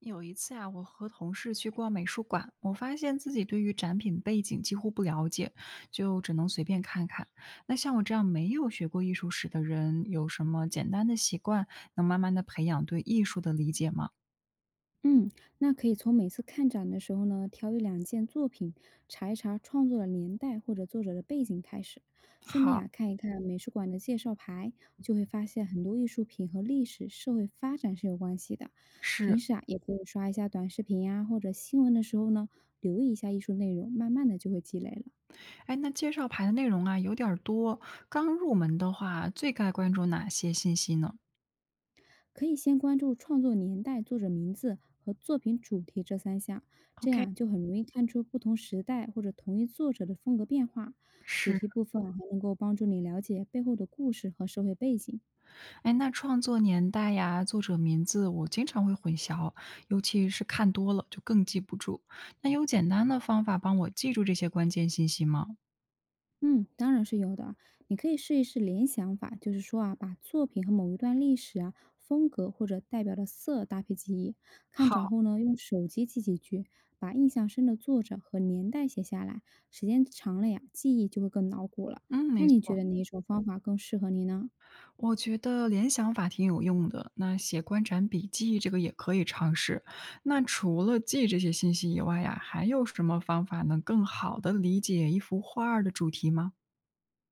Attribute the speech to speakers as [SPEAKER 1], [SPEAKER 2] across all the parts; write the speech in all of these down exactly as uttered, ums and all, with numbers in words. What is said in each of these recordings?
[SPEAKER 1] 有一次啊，我和同事去逛美术馆，我发现自己对于展品背景几乎不了解，就只能随便看看。那像我这样没有学过艺术史的人，有什么简单的习惯能慢慢的培养对艺术的理解吗？
[SPEAKER 2] 嗯，那可以从每次看展的时候呢，挑一两件作品，查一查创作的年代或者作者的背景开始，顺便
[SPEAKER 1] 好，
[SPEAKER 2] 啊看一看美术馆的介绍牌，就会发现很多艺术品和历史、社会发展是有关系的。平
[SPEAKER 1] 是。
[SPEAKER 2] 时啊，也可以刷一下短视频呀、或者新闻的时候呢，留意一下艺术内容，慢慢的就会积累了。
[SPEAKER 1] 哎，那介绍牌的内容啊有点儿多，刚入门的话，最该关注哪些信息呢
[SPEAKER 2] 可以先关注创作年代、作者名字和作品主题这三项，这
[SPEAKER 1] ？OK，
[SPEAKER 2] 样就很容易看出不同时代或者同一作者的风格变化。主
[SPEAKER 1] 是。
[SPEAKER 2] 题部分啊还能够帮助你了解背后的故事和社会背景。
[SPEAKER 1] 哎，那创作年代呀，作者名字我经常会混淆，尤其是看多了就更记不住。那有简单的方法帮我记住这些关键信息吗？
[SPEAKER 2] 嗯，当然是有的啊。你可以试一试联想法，就是说啊，把作品和某一段历史啊、风格或者代表的色搭配记忆，看展
[SPEAKER 1] 好，
[SPEAKER 2] 后呢，用手机记几句，把印象深的作者和年代写下来。时间长了呀，记忆就会更牢固了。
[SPEAKER 1] 嗯，
[SPEAKER 2] 那
[SPEAKER 1] 没
[SPEAKER 2] 你觉
[SPEAKER 1] 错，
[SPEAKER 2] 得哪一种方法更适合你呢？
[SPEAKER 1] 我觉得联想法挺有用的。那写观展笔记这个也可以尝试。那除了记这些信息以外呀，还有什么方法能更好的理解一幅画儿的主题吗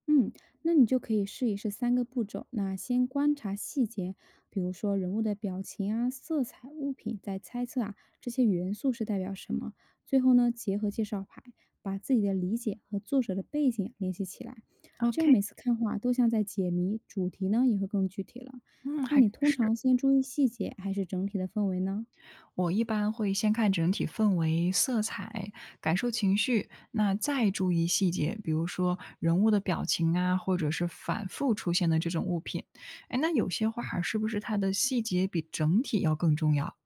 [SPEAKER 2] 嗯，那你就可以试一试三个步骤。那先观察细节，比如说人物的表情啊、色彩、物品，再猜测啊这些元素是代表什么。最后呢，结合介绍牌，把自己的理解和作者的背景联系起来，这样
[SPEAKER 1] ？OK，
[SPEAKER 2] 每次看画都像在解谜，主题呢也会更具体了。
[SPEAKER 1] 嗯，
[SPEAKER 2] 那
[SPEAKER 1] 还
[SPEAKER 2] 你
[SPEAKER 1] 真
[SPEAKER 2] 通
[SPEAKER 1] 是。
[SPEAKER 2] 常先注意细节，还是整体的氛围呢？
[SPEAKER 1] 我一般会先看整体氛围、色彩，感受情绪，那再注意细节，比如说人物的表情啊，或者是反复出现的这种物品。哎，那有些画儿是不是它的细节比整体要更重要？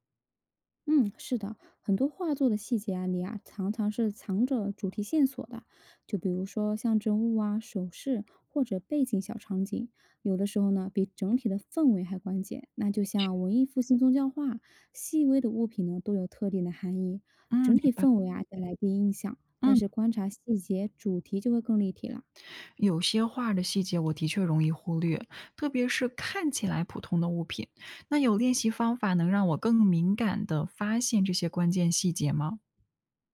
[SPEAKER 2] 嗯，是的，很多画作的细节啊里啊，常常是藏着主题线索的。就比如说象征物啊、首饰或者背景小场景，有的时候呢比整体的氛围还关键。那就像文艺复兴宗教画，细微的物品呢都有特定的含义，
[SPEAKER 1] 嗯，
[SPEAKER 2] 整
[SPEAKER 1] 明
[SPEAKER 2] 体
[SPEAKER 1] 白。
[SPEAKER 2] 氛围啊带来第一印象，但
[SPEAKER 1] 嗯，
[SPEAKER 2] 是观察细节、主题就会更立体了。
[SPEAKER 1] 有些画儿的细节我的确容易忽略，特别是看起来普通的物品。那有练习方法能让我更敏感地发现这些关键细节吗？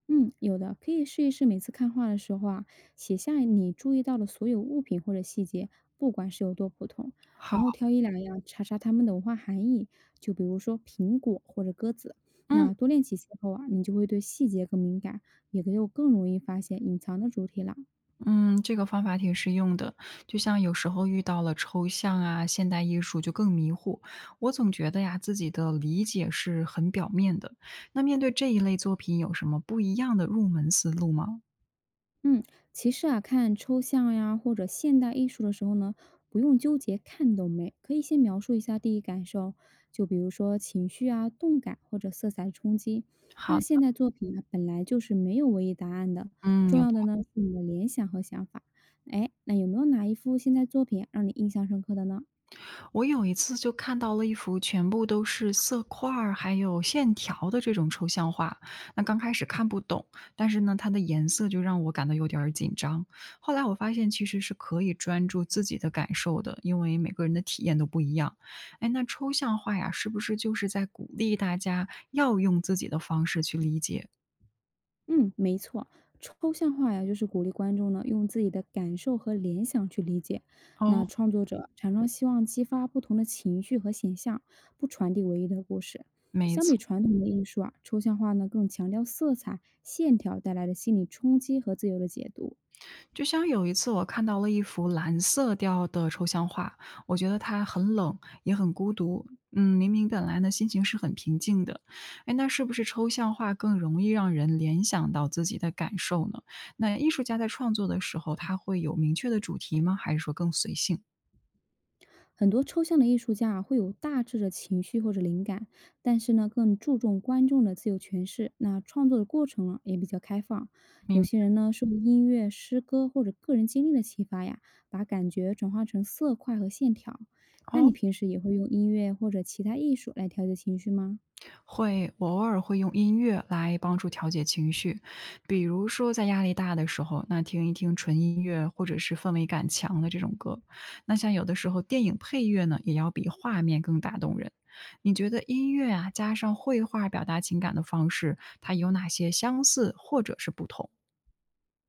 [SPEAKER 2] 嗯，有的，可以试一试每次看画的时候啊，写下你注意到的所有物品或者细节，不管是有多普通，然后
[SPEAKER 1] 好，
[SPEAKER 2] 挑一两样查查它们的文化含义，就比如说苹果或者鸽子。
[SPEAKER 1] 嗯。
[SPEAKER 2] 那多练几次后啊，你就会对细节更敏感，也就更容易发现隐藏的主题了。
[SPEAKER 1] 嗯，这个方法挺实用的。就像有时候遇到了抽象啊、现代艺术就更迷糊。我总觉得呀，自己的理解是很表面的。那面对这一类作品，有什么不一样的入门思路吗？
[SPEAKER 2] 嗯，其实啊，看抽象呀或者现代艺术的时候呢，不用纠结看懂没，可以先描述一下第一感受，就比如说情绪啊、动感或者色彩的冲击。那
[SPEAKER 1] 好的，
[SPEAKER 2] 现代作品呢，本来就是没有唯一答案的，
[SPEAKER 1] 嗯，
[SPEAKER 2] 重要的呢是你的联想和想法。哎，那有没有哪一幅现代作品让你印象深刻的呢？
[SPEAKER 1] 我有一次就看到了一幅全部都是色块儿，还有线条的这种抽象画。那刚开始看不懂，但是呢，它的颜色就让我感到有点儿紧张。后来我发现其实是可以专注自己的感受的，因为每个人的体验都不一样。哎，那抽象画呀，是不是就是在鼓励大家要用自己的方式去理解？
[SPEAKER 2] 嗯，没错，抽象画呀，就是鼓励观众呢用自己的感受和联想去理解。那
[SPEAKER 1] 哦，
[SPEAKER 2] 创作者常常希望激发不同的情绪和现象，不传递唯一的故事。
[SPEAKER 1] 没
[SPEAKER 2] 相
[SPEAKER 1] 错。
[SPEAKER 2] 比传统的艺术啊，抽象画呢更强调色彩、线条带来的心理冲击和自由的解读。
[SPEAKER 1] 就像有一次我看到了一幅蓝色调的抽象画，我觉得它很冷，也很孤独。嗯，明明本来呢心情是很平静的，哎，那是不是抽象画更容易让人联想到自己的感受呢？那艺术家在创作的时候，他会有明确的主题吗？还是说更随性？
[SPEAKER 2] 很多抽象的艺术家啊，会有大致的情绪或者灵感，但是呢，更注重观众的自由诠释。那创作的过程呢，也比较开放。有
[SPEAKER 1] 明
[SPEAKER 2] 些人呢，受音乐、诗歌或者个人经历的启发呀，把感觉转化成色块和线条。那你
[SPEAKER 1] 哦，
[SPEAKER 2] 平时也会用音乐或者其他艺术来调节情绪吗？
[SPEAKER 1] 会，我偶尔会用音乐来帮助调节情绪，比如说在压力大的时候，那听一听纯音乐或者是氛围感强的这种歌。那像有的时候电影配乐呢，也要比画面更打动人。你觉得音乐啊，加上绘画表达情感的方式，它有哪些相似或者是不同？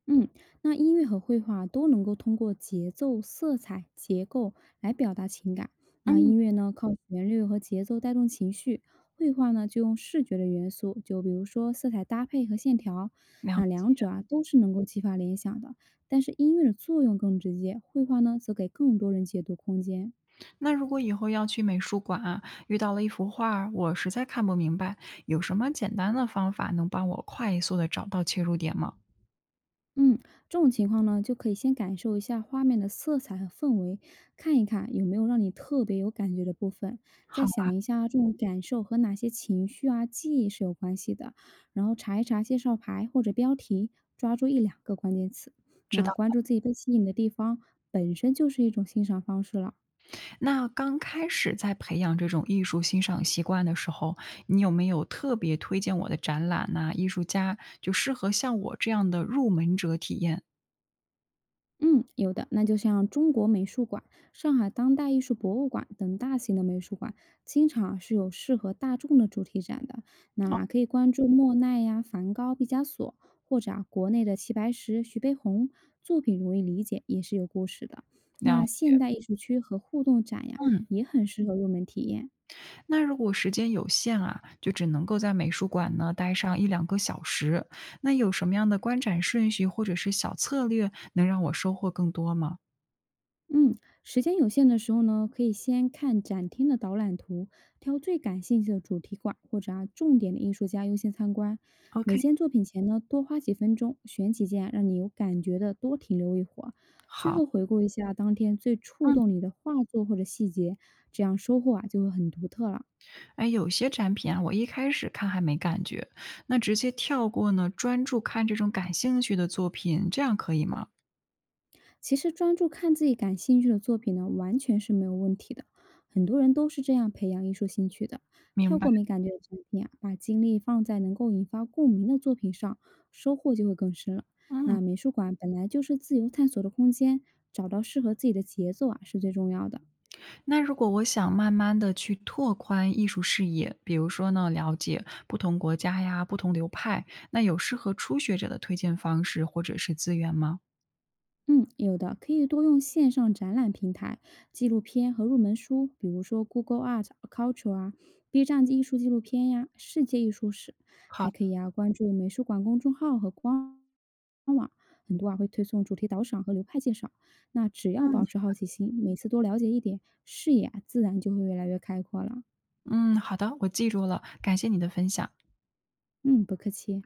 [SPEAKER 2] 嗯，那音乐和绘画都能够通过节奏、色彩、结构来表达情感。那
[SPEAKER 1] 嗯，
[SPEAKER 2] 音乐呢，靠旋律和节奏带动情绪；绘画呢，就用视觉的元素，就比如说色彩搭配和线条。
[SPEAKER 1] 了
[SPEAKER 2] 那
[SPEAKER 1] 解。
[SPEAKER 2] 两者啊，都是能够激发联想的，但是音乐的作用更直接，绘画呢，则给更多人解读空间。
[SPEAKER 1] 那如果以后要去美术馆啊，遇到了一幅画儿我实在看不明白，有什么简单的方法能帮我快速的找到切入点吗？
[SPEAKER 2] 嗯，这种情况呢，就可以先感受一下画面的色彩和氛围，看一看有没有让你特别有感觉的部分，再
[SPEAKER 1] 好。
[SPEAKER 2] 想一下这种感受和哪些情绪啊、记忆是有关系的，然后查一查介绍牌或者标题，抓住一两个关键词，
[SPEAKER 1] 知
[SPEAKER 2] 那
[SPEAKER 1] 道，
[SPEAKER 2] 关注自己被吸引的地方，本身就是一种欣赏方式了。
[SPEAKER 1] 那刚开始在培养这种艺术欣赏习惯的时候，你有没有特别推荐我的展览呐、艺术家就适合像我这样的入门者体验？
[SPEAKER 2] 嗯，有的，那就像中国美术馆、上海当代艺术博物馆等大型的美术馆，经常啊是有适合大众的主题展的。那可以关注莫奈呀、梵高、毕加索，或者啊国内的齐白石、徐悲鸿，作品容易理解，也是有故事的。那
[SPEAKER 1] 了
[SPEAKER 2] 现
[SPEAKER 1] 解，
[SPEAKER 2] 代艺术区和互动展呀，
[SPEAKER 1] 嗯，
[SPEAKER 2] 也很适合入门体验。
[SPEAKER 1] 那如果时间有限啊，就只能够在美术馆呢待上一两个小时，那有什么样的观展顺序或者是小策略能让我收获更多吗
[SPEAKER 2] 嗯，时间有限的时候呢，可以先看展厅的导览图，挑最感兴趣的主题馆或者啊重点的艺术家优先参观。每
[SPEAKER 1] ？OK，
[SPEAKER 2] 件作品前呢，多花几分钟选几件啊让你有感觉的，多停留一会儿。最
[SPEAKER 1] 好，
[SPEAKER 2] 后回顾一下当天最触
[SPEAKER 1] 嗯。
[SPEAKER 2] 动你的画作或者细节，这样收获啊就会很独特了。
[SPEAKER 1] 哎，有些展品啊，我一开始看还没感觉，那直接跳过呢，专注看这种感兴趣的作品，这样可以吗？
[SPEAKER 2] 其实专注看自己感兴趣的作品呢，完全是没有问题的。很多人都是这样培养艺术兴趣的，跳
[SPEAKER 1] 明白，
[SPEAKER 2] 过没感觉的产品啊，把精力放在能够引发共鸣的作品上，收获就会更深了。
[SPEAKER 1] 嗯，
[SPEAKER 2] 那美术馆本来就是自由探索的空间，找到适合自己的节奏啊，是最重要的。
[SPEAKER 1] 那如果我想慢慢的去拓宽艺术视野，比如说呢，了解不同国家呀、不同流派，那有适合初学者的推荐方式或者是资源吗？
[SPEAKER 2] 嗯，有的，可以多用线上展览平台、纪录片和入门书，比如说 Google Art Culture 啊、B 站艺术纪录片呀、世界艺术史，
[SPEAKER 1] 好
[SPEAKER 2] 还可
[SPEAKER 1] 的
[SPEAKER 2] 以啊关注美术馆公众号和官网，很多啊会推送主题导赏和流派介绍。那只要保
[SPEAKER 1] 嗯
[SPEAKER 2] 持好奇心，每次多了解一点，视野啊自然就会越来越开阔了。
[SPEAKER 1] 嗯，好的，我记住了，感谢你的分享。
[SPEAKER 2] 嗯，不客气。